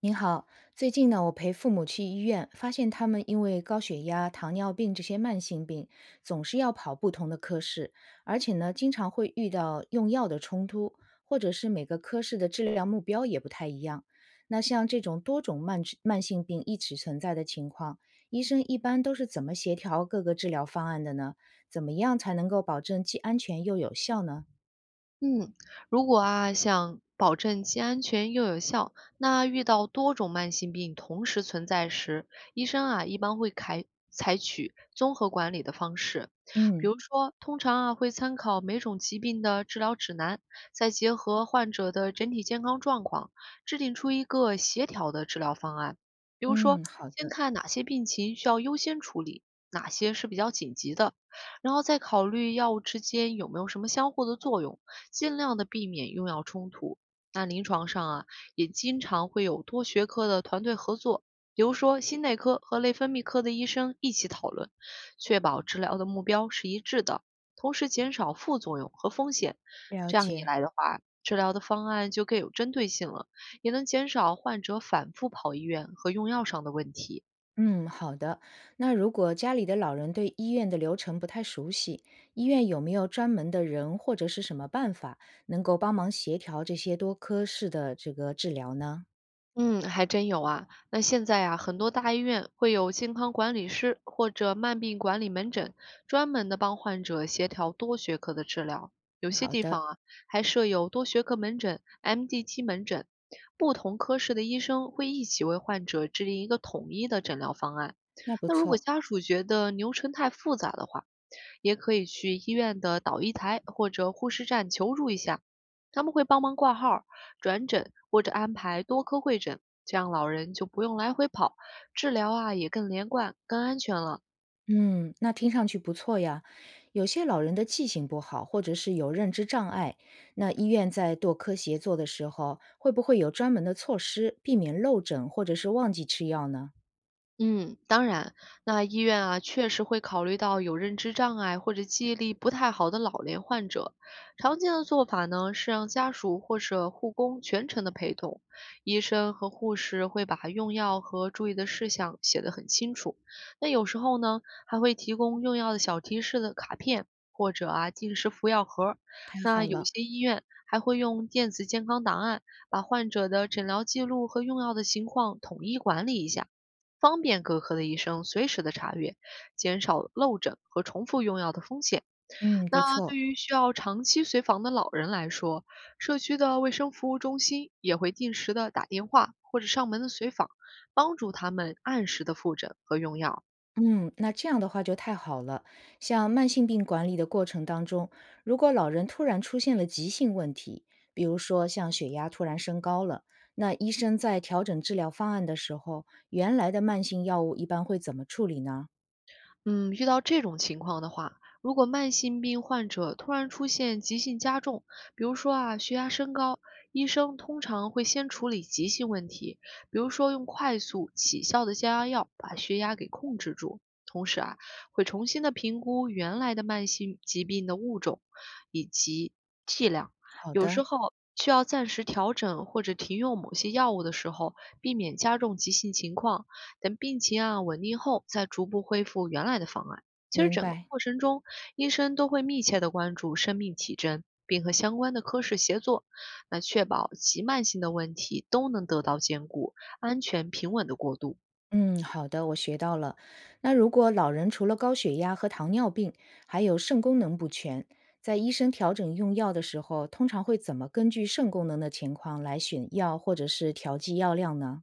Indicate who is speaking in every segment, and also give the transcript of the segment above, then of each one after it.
Speaker 1: 您好，最近呢，我陪父母去医院，发现他们因为高血压、糖尿病这些慢性病，总是要跑不同的科室，而且呢，经常会遇到用药的冲突，或者是每个科室的治疗目标也不太一样。那像这种多种慢性病一起存在的情况，医生一般都是怎么协调各个治疗方案的呢？怎么样才能够保证既安全又有效呢？
Speaker 2: 嗯，如果想保证既安全又有效，那遇到多种慢性病同时存在时，医生一般会采取综合管理的方式。比
Speaker 1: 嗯
Speaker 2: 如说，通常会参考每种疾病的治疗指南，再结合患者的整体健康状况，制定出一个协调的治疗方案。比如说，
Speaker 1: 嗯，好
Speaker 2: 先
Speaker 1: 的，
Speaker 2: 看哪些病情需要优先处理，哪些是比较紧急的，然后再考虑药物之间有没有什么相互的作用。尽量的避免用药冲突。那临床上啊，也经常会有多学科的团队合作，比如说心内科和内分泌科的医生一起讨论，确保治疗的目标是一致的，同时减少副作用和风险。
Speaker 1: 了
Speaker 2: 这样一
Speaker 1: 解。
Speaker 2: 来的话，治疗的方案就更有针对性了，也能减少患者反复跑医院和用药上的问题。
Speaker 1: 嗯，好的。那如果家里的老人对医院的流程不太熟悉，医院有没有专门的人或者是什么办法能够帮忙协调这些多科室的这个治疗呢？
Speaker 2: 嗯，还真有啊。那现在啊，很多大医院会有健康管理师或者慢病管理门诊，专门的帮患者协调多学科的治疗。有些地
Speaker 1: 的，
Speaker 2: 方啊，还设有多学科门诊（ （MDT 门诊），不同科室的医生会一起为患者制定一个统一的诊疗方案。
Speaker 1: 那不
Speaker 2: 那如果
Speaker 1: 错。
Speaker 2: 家属觉得流程太复杂的话，也可以去医院的导医台或者护士站求助一下，他们会帮忙挂号、转诊或者安排多科会诊，这样老人就不用来回跑，治疗啊也更连贯、更安全了。
Speaker 1: 嗯，那听上去不错呀。有些老人的记性不好，或者是有认知障碍，那医院在多科协作的时候，会不会有专门的措施避免漏诊或者是忘记吃药呢？
Speaker 2: 嗯，当然。那医院啊，确实会考虑到有认知障碍或者记忆力不太好的老年患者。常见的做法呢，是让家属或者护工全程的陪同，医生和护士会把用药和注意的事项写得很清楚。那有时候呢，还会提供用药的小提示的卡片，或者啊定时服药盒。
Speaker 1: 太
Speaker 2: 那
Speaker 1: 好
Speaker 2: 有
Speaker 1: 了，
Speaker 2: 些医院还会用电子健康档案，把患者的诊疗记录和用药的情况统一管理一下，方便各科的医生随时的查阅，减少漏诊和重复用药的风险。
Speaker 1: 嗯，不
Speaker 2: 那
Speaker 1: 错。
Speaker 2: 对于需要长期随访的老人来说，社区的卫生服务中心也会定时的打电话或者上门的随访，帮助他们按时的复诊和用药。
Speaker 1: 嗯，那这样的话就太好了。像慢性病管理的过程当中，如果老人突然出现了急性问题，比如说像血压突然升高了，那医生在调整治疗方案的时候，原来的慢性药物一般会怎么处理呢？
Speaker 2: 嗯，遇到这种情况的话，如果慢性病患者突然出现急性加重，比如说啊血压升高，医生通常会先处理急性问题，比如说用快速起效的降压药把血压给控制住，同时啊会重新的评估原来的慢性疾病的物种以及剂量。
Speaker 1: 好
Speaker 2: 有
Speaker 1: 的，
Speaker 2: 时候需要暂时调整或者停用某些药物的时候，避免加重急性情况，等病情啊稳定后，再逐步恢复原来的方案。其实
Speaker 1: 明
Speaker 2: 整个
Speaker 1: 白。
Speaker 2: 过程中，医生都会密切的关注生命体征，并和相关的科室协作，那确保急慢性的问题都能得到兼顾，安全平稳的过渡。
Speaker 1: 嗯，好的，我学到了。那如果老人除了高血压和糖尿病，还有肾功能不全，在医生调整用药的时候，通常会怎么根据肾功能的情况来选药或者是调剂药量呢？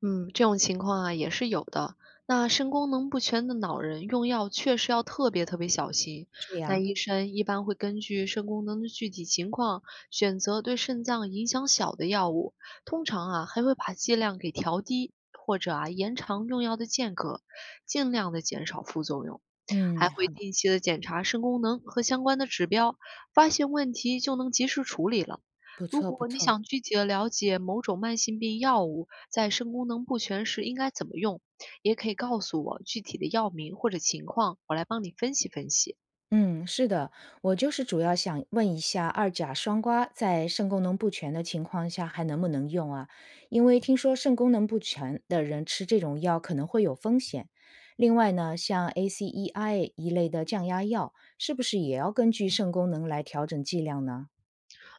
Speaker 2: 嗯，这种情况啊也是有的。那肾功能不全的老人用药确实要特别小心。
Speaker 1: 是
Speaker 2: 那
Speaker 1: 呀，
Speaker 2: 医生一般会根据肾功能的具体情况，选择对肾脏影响小的药物，通常啊还会把剂量给调低，或者啊延长用药的间隔，尽量的减少副作用。
Speaker 1: 嗯，
Speaker 2: 还会
Speaker 1: 好，
Speaker 2: 定期的检查肾功能和相关的指标，发现问题就能及时处理了。
Speaker 1: 不
Speaker 2: 如
Speaker 1: 错不
Speaker 2: 果你
Speaker 1: 错，
Speaker 2: 想具体的了解某种慢性病药物在肾功能不全时应该怎么用，也可以告诉我具体的药名或者情况，我来帮你分析。
Speaker 1: 嗯，是的，我就是主要想问一下，二甲双胍在肾功能不全的情况下还能不能用啊？因为听说肾功能不全的人吃这种药可能会有风险。另外呢，像 ACEI 一类的降压药，是不是也要根据肾功能来调整剂量呢？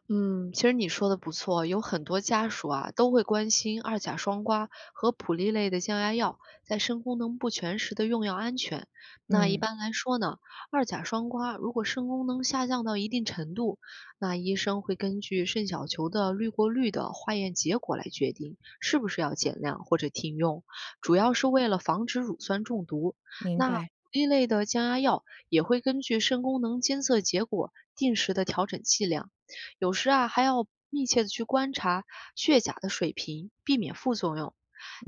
Speaker 2: 嗯，其实你说的不错，有很多家属啊都会关心二甲双胍和普利类的降压药在肾功能不全时的用药安全。那一
Speaker 1: 嗯，
Speaker 2: 般来说呢，二甲双胍如果肾功能下降到一定程度，那医生会根据肾小球的滤过率的化验结果来决定是不是要减量或者停用，主要是为了防止乳酸中毒。
Speaker 1: 明
Speaker 2: 那
Speaker 1: 白，
Speaker 2: 一类的降压药也会根据肾功能监测结果定时的调整剂量。有时啊还要密切的去观察血钾的水平，避免副作用。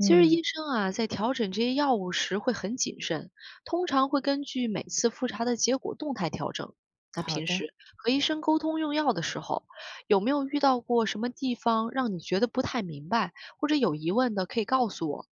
Speaker 2: 其实医生啊在调整这些药物时会很谨慎，通常会根据每次复查的结果动态调整。那
Speaker 1: 好
Speaker 2: 平
Speaker 1: 的。
Speaker 2: 时和医生沟通用药的时候，有没有遇到过什么地方让你觉得不太明白或者有疑问的，可以告诉我。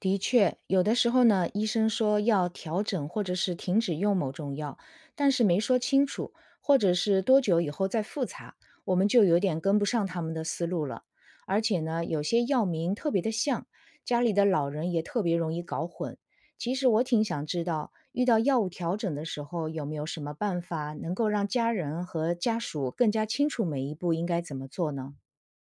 Speaker 1: 的确，有的时候呢，医生说要调整或者是停止用某种药，但是没说清楚，或者是多久以后再复查，我们就有点跟不上他们的思路了。而且呢，有些药名特别的像，家里的老人也特别容易搞混。其实我挺想知道，遇到药物调整的时候，有没有什么办法能够让家人和家属更加清楚每一步应该怎么做呢？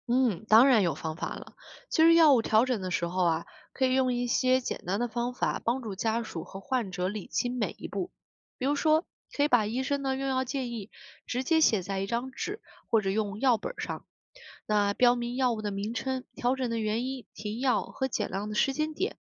Speaker 2: 嗯，当然有方法了。其实药物调整的时候啊，可以用一些简单的方法帮助家属和患者理清每一步。比如说，可以把医生的用药建议直接写在一张纸或者用药本儿上，那标明药物的名称、调整的原因、停药和减量的时间点，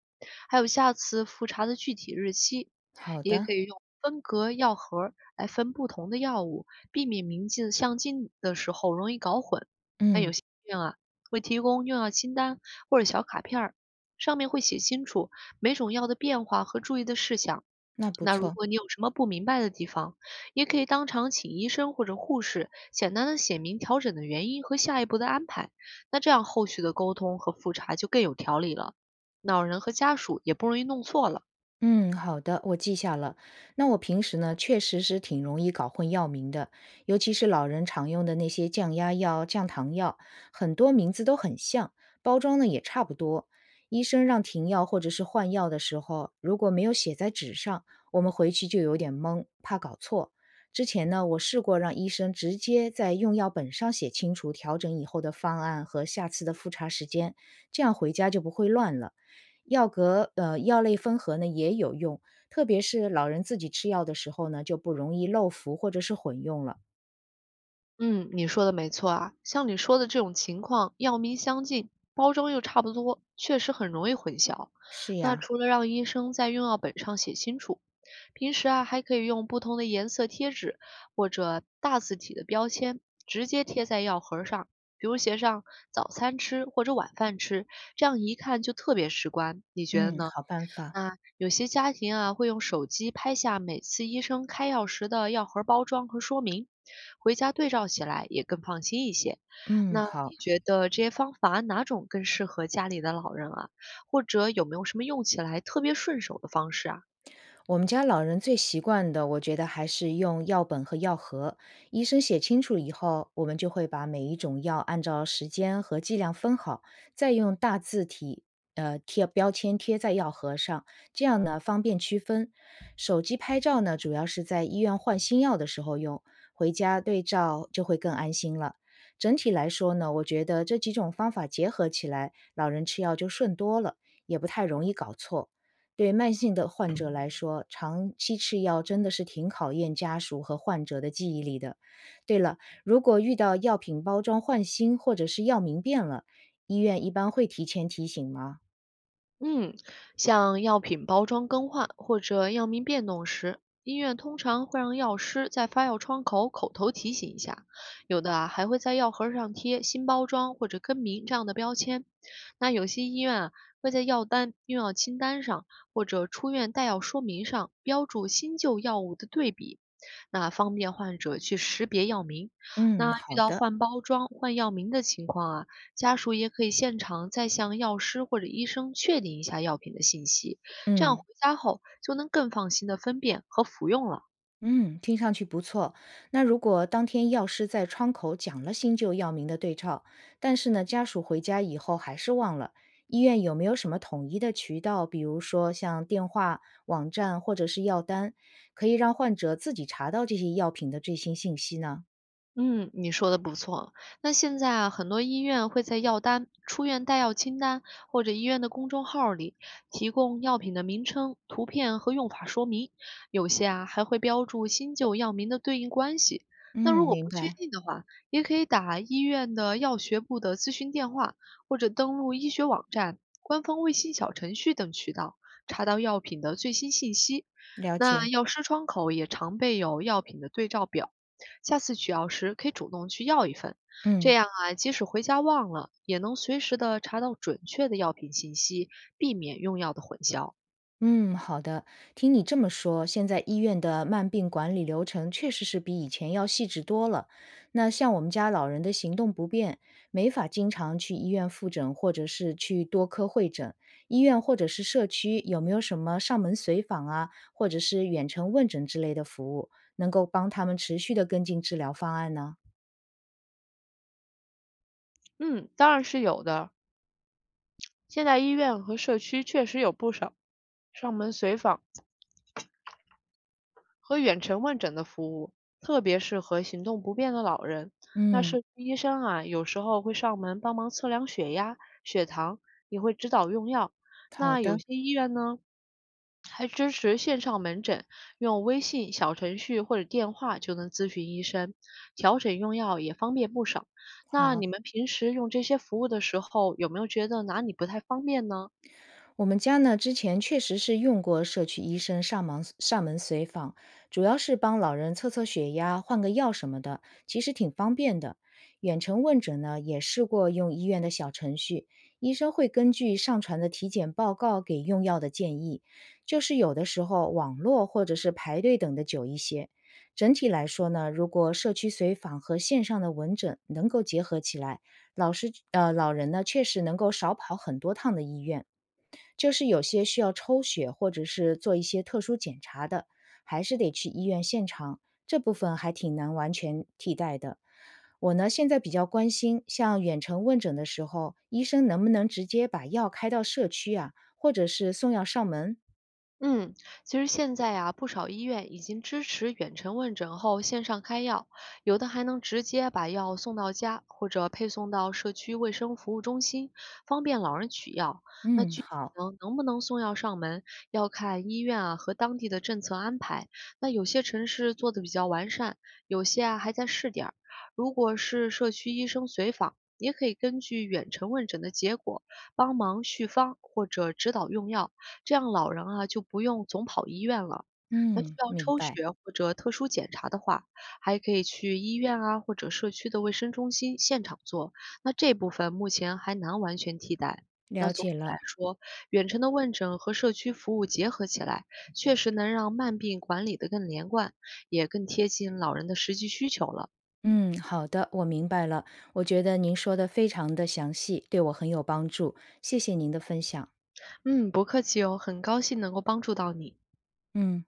Speaker 2: 还有下次复查的具体日期。
Speaker 1: 好
Speaker 2: 也
Speaker 1: 的，
Speaker 2: 可以用分隔药盒儿来分不同的药物，避免名字相近的时候容易搞混。但有
Speaker 1: 嗯，
Speaker 2: 些医院啊，会提供用药清单或者小卡片儿，上面会写清楚每种药的变化和注意的事项。
Speaker 1: 那不
Speaker 2: 那如
Speaker 1: 错。
Speaker 2: 果你有什么不明白的地方，也可以当场请医生或者护士简单的写明调整的原因和下一步的安排。那这样后续的沟通和复查就更有条理了，老人和家属也不容易弄错了。
Speaker 1: 嗯，好的，我记下了。那我平时呢，确实是挺容易搞混药名的，尤其是老人常用的那些降压药、降糖药，很多名字都很像，包装呢也差不多。医生让停药或者是换药的时候，如果没有写在纸上，我们回去就有点懵，怕搞错。之前呢，我试过让医生直接在用药本上写清楚调整以后的方案和下次的复查时间，这样回家就不会乱了。药类分合呢也有用，特别是老人自己吃药的时候呢，就不容易漏服或者是混用了。
Speaker 2: 嗯，你说的没错啊，像你说的这种情况，药名相近，包装又差不多，确实很容易混淆。
Speaker 1: 是
Speaker 2: 那
Speaker 1: 呀，
Speaker 2: 除了让医生在用药本上写清楚，平时啊还可以用不同的颜色贴纸或者大字体的标签直接贴在药盒上，比如写上早餐吃或者晚饭吃，这样一看就特别直观。你觉得
Speaker 1: 嗯，
Speaker 2: 呢？
Speaker 1: 好办法，
Speaker 2: 那有些家庭啊，会用手机拍下每次医生开药时的药盒包装和说明，回家对照起来也更放心一些。
Speaker 1: 嗯，
Speaker 2: 那
Speaker 1: 好。
Speaker 2: 你觉得这些方法哪种更适合家里的老人啊？或者有没有什么用起来特别顺手的方式啊？
Speaker 1: 我们家老人最习惯的，我觉得还是用药本和药盒。医生写清楚以后，我们就会把每一种药按照时间和剂量分好，再用大字体贴标签贴在药盒上，这样呢方便区分。手机拍照呢，主要是在医院换新药的时候用，回家对照就会更安心了。整体来说呢，我觉得这几种方法结合起来，老人吃药就顺多了，也不太容易搞错。对慢性的患者来说，长期吃药真的是挺考验家属和患者的记忆力的。对了，如果遇到药品包装换新或者是药名变了，医院一般会提前提醒吗？
Speaker 2: 嗯，像药品包装更换或者药名变动时，医院通常会让药师在发药窗口口头提醒一下，有的啊还会在药盒上贴“新包装”或者“更名”这样的标签。那有些医院啊会在药单、用药清单上或者出院带药说明上标注新旧药物的对比，那方便患者去识别药名。
Speaker 1: 嗯，
Speaker 2: 那遇
Speaker 1: 好
Speaker 2: 到
Speaker 1: 的，
Speaker 2: 换包装、换药名的情况啊，家属也可以现场再向药师或者医生确定一下药品的信息，这样回
Speaker 1: 嗯。
Speaker 2: 家后就能更放心的分辨和服用了。
Speaker 1: 嗯，听上去不错。那如果当天药师在窗口讲了新旧药名的对照，但是呢，家属回家以后还是忘了，医院有没有什么统一的渠道，比如说像电话、网站或者是药单，可以让患者自己查到这些药品的最新信息呢？
Speaker 2: 嗯，你说的不错。那现在啊，很多医院会在药单、出院带药清单或者医院的公众号里提供药品的名称、图片和用法说明，有些啊还会标注新旧药名的对应关系。那
Speaker 1: 嗯，
Speaker 2: 如果
Speaker 1: 明
Speaker 2: 不确
Speaker 1: 白，
Speaker 2: 定的话，也可以打医院的药学部的咨询电话，或者登录医学网站、官方微信小程序等渠道，查到药品的最新信息。
Speaker 1: 了
Speaker 2: 那
Speaker 1: 解。
Speaker 2: 药师窗口也常备有药品的对照表，下次取药时可以主动去要一份，这
Speaker 1: 嗯。
Speaker 2: 样啊，即使回家忘了，也能随时的查到准确的药品信息，避免用药的混淆。
Speaker 1: 嗯，好的。听你这么说，现在医院的慢病管理流程确实是比以前要细致多了。那像我们家老人的行动不便，没法经常去医院复诊，或者是去多科会诊。医院或者是社区有没有什么上门随访啊，或者是远程问诊之类的服务，能够帮他们持续的跟进治疗方案呢？
Speaker 2: 嗯，当然是有的。现在医院和社区确实有不少上门随访和远程问诊的服务，特别适合行动不便的老人。那
Speaker 1: 嗯，
Speaker 2: 社区医生啊，有时候会上门帮忙测量血压、血糖，也会指导用药。
Speaker 1: 好
Speaker 2: 那有
Speaker 1: 的，
Speaker 2: 些医院呢，还支持线上门诊，用微信小程序或者电话就能咨询医生，调整用药也方便不少。那
Speaker 1: 好。
Speaker 2: 你们平时用这些服务的时候，有没有觉得哪里不太方便呢？
Speaker 1: 我们家呢，之前确实是用过社区医生上门随访，主要是帮老人测测血压、换个药什么的，其实挺方便的。远程问诊呢，也试过用医院的小程序，医生会根据上传的体检报告给用药的建议，就是有的时候网络或者是排队等的久一些。整体来说呢，如果社区随访和线上的问诊能够结合起来，老人呢确实能够少跑很多趟的医院。就是有些需要抽血或者是做一些特殊检查的，还是得去医院现场，这部分还挺难完全替代的。我呢，现在比较关心，像远程问诊的时候，医生能不能直接把药开到社区啊，或者是送药上门？
Speaker 2: 嗯，其实现在啊，不少医院已经支持远程问诊后线上开药，有的还能直接把药送到家，或者配送到社区卫生服务中心，方便老人取药。
Speaker 1: 嗯，好，
Speaker 2: 能不能送药上门，要看医院啊和当地的政策安排。那有些城市做的比较完善，有些啊还在试点儿。如果是社区医生随访，也可以根据远程问诊的结果帮忙续方或者指导用药，这样老人啊就不用总跑医院了。那需
Speaker 1: 嗯，
Speaker 2: 要
Speaker 1: 明
Speaker 2: 抽
Speaker 1: 白，
Speaker 2: 血或者特殊检查的话，还可以去医院啊或者社区的卫生中心现场做。那这部分目前还难完全替代。
Speaker 1: 了
Speaker 2: 那总
Speaker 1: 解
Speaker 2: 体
Speaker 1: 了。
Speaker 2: 来说，远程的问诊和社区服务结合起来，确实能让慢病管理得更连贯，也更贴近老人的实际需求了。
Speaker 1: 嗯，好的，我明白了。我觉得您说的非常的详细，对我很有帮助，谢谢您的分享。
Speaker 2: 嗯，不客气哦，很高兴能够帮助到你。
Speaker 1: 嗯。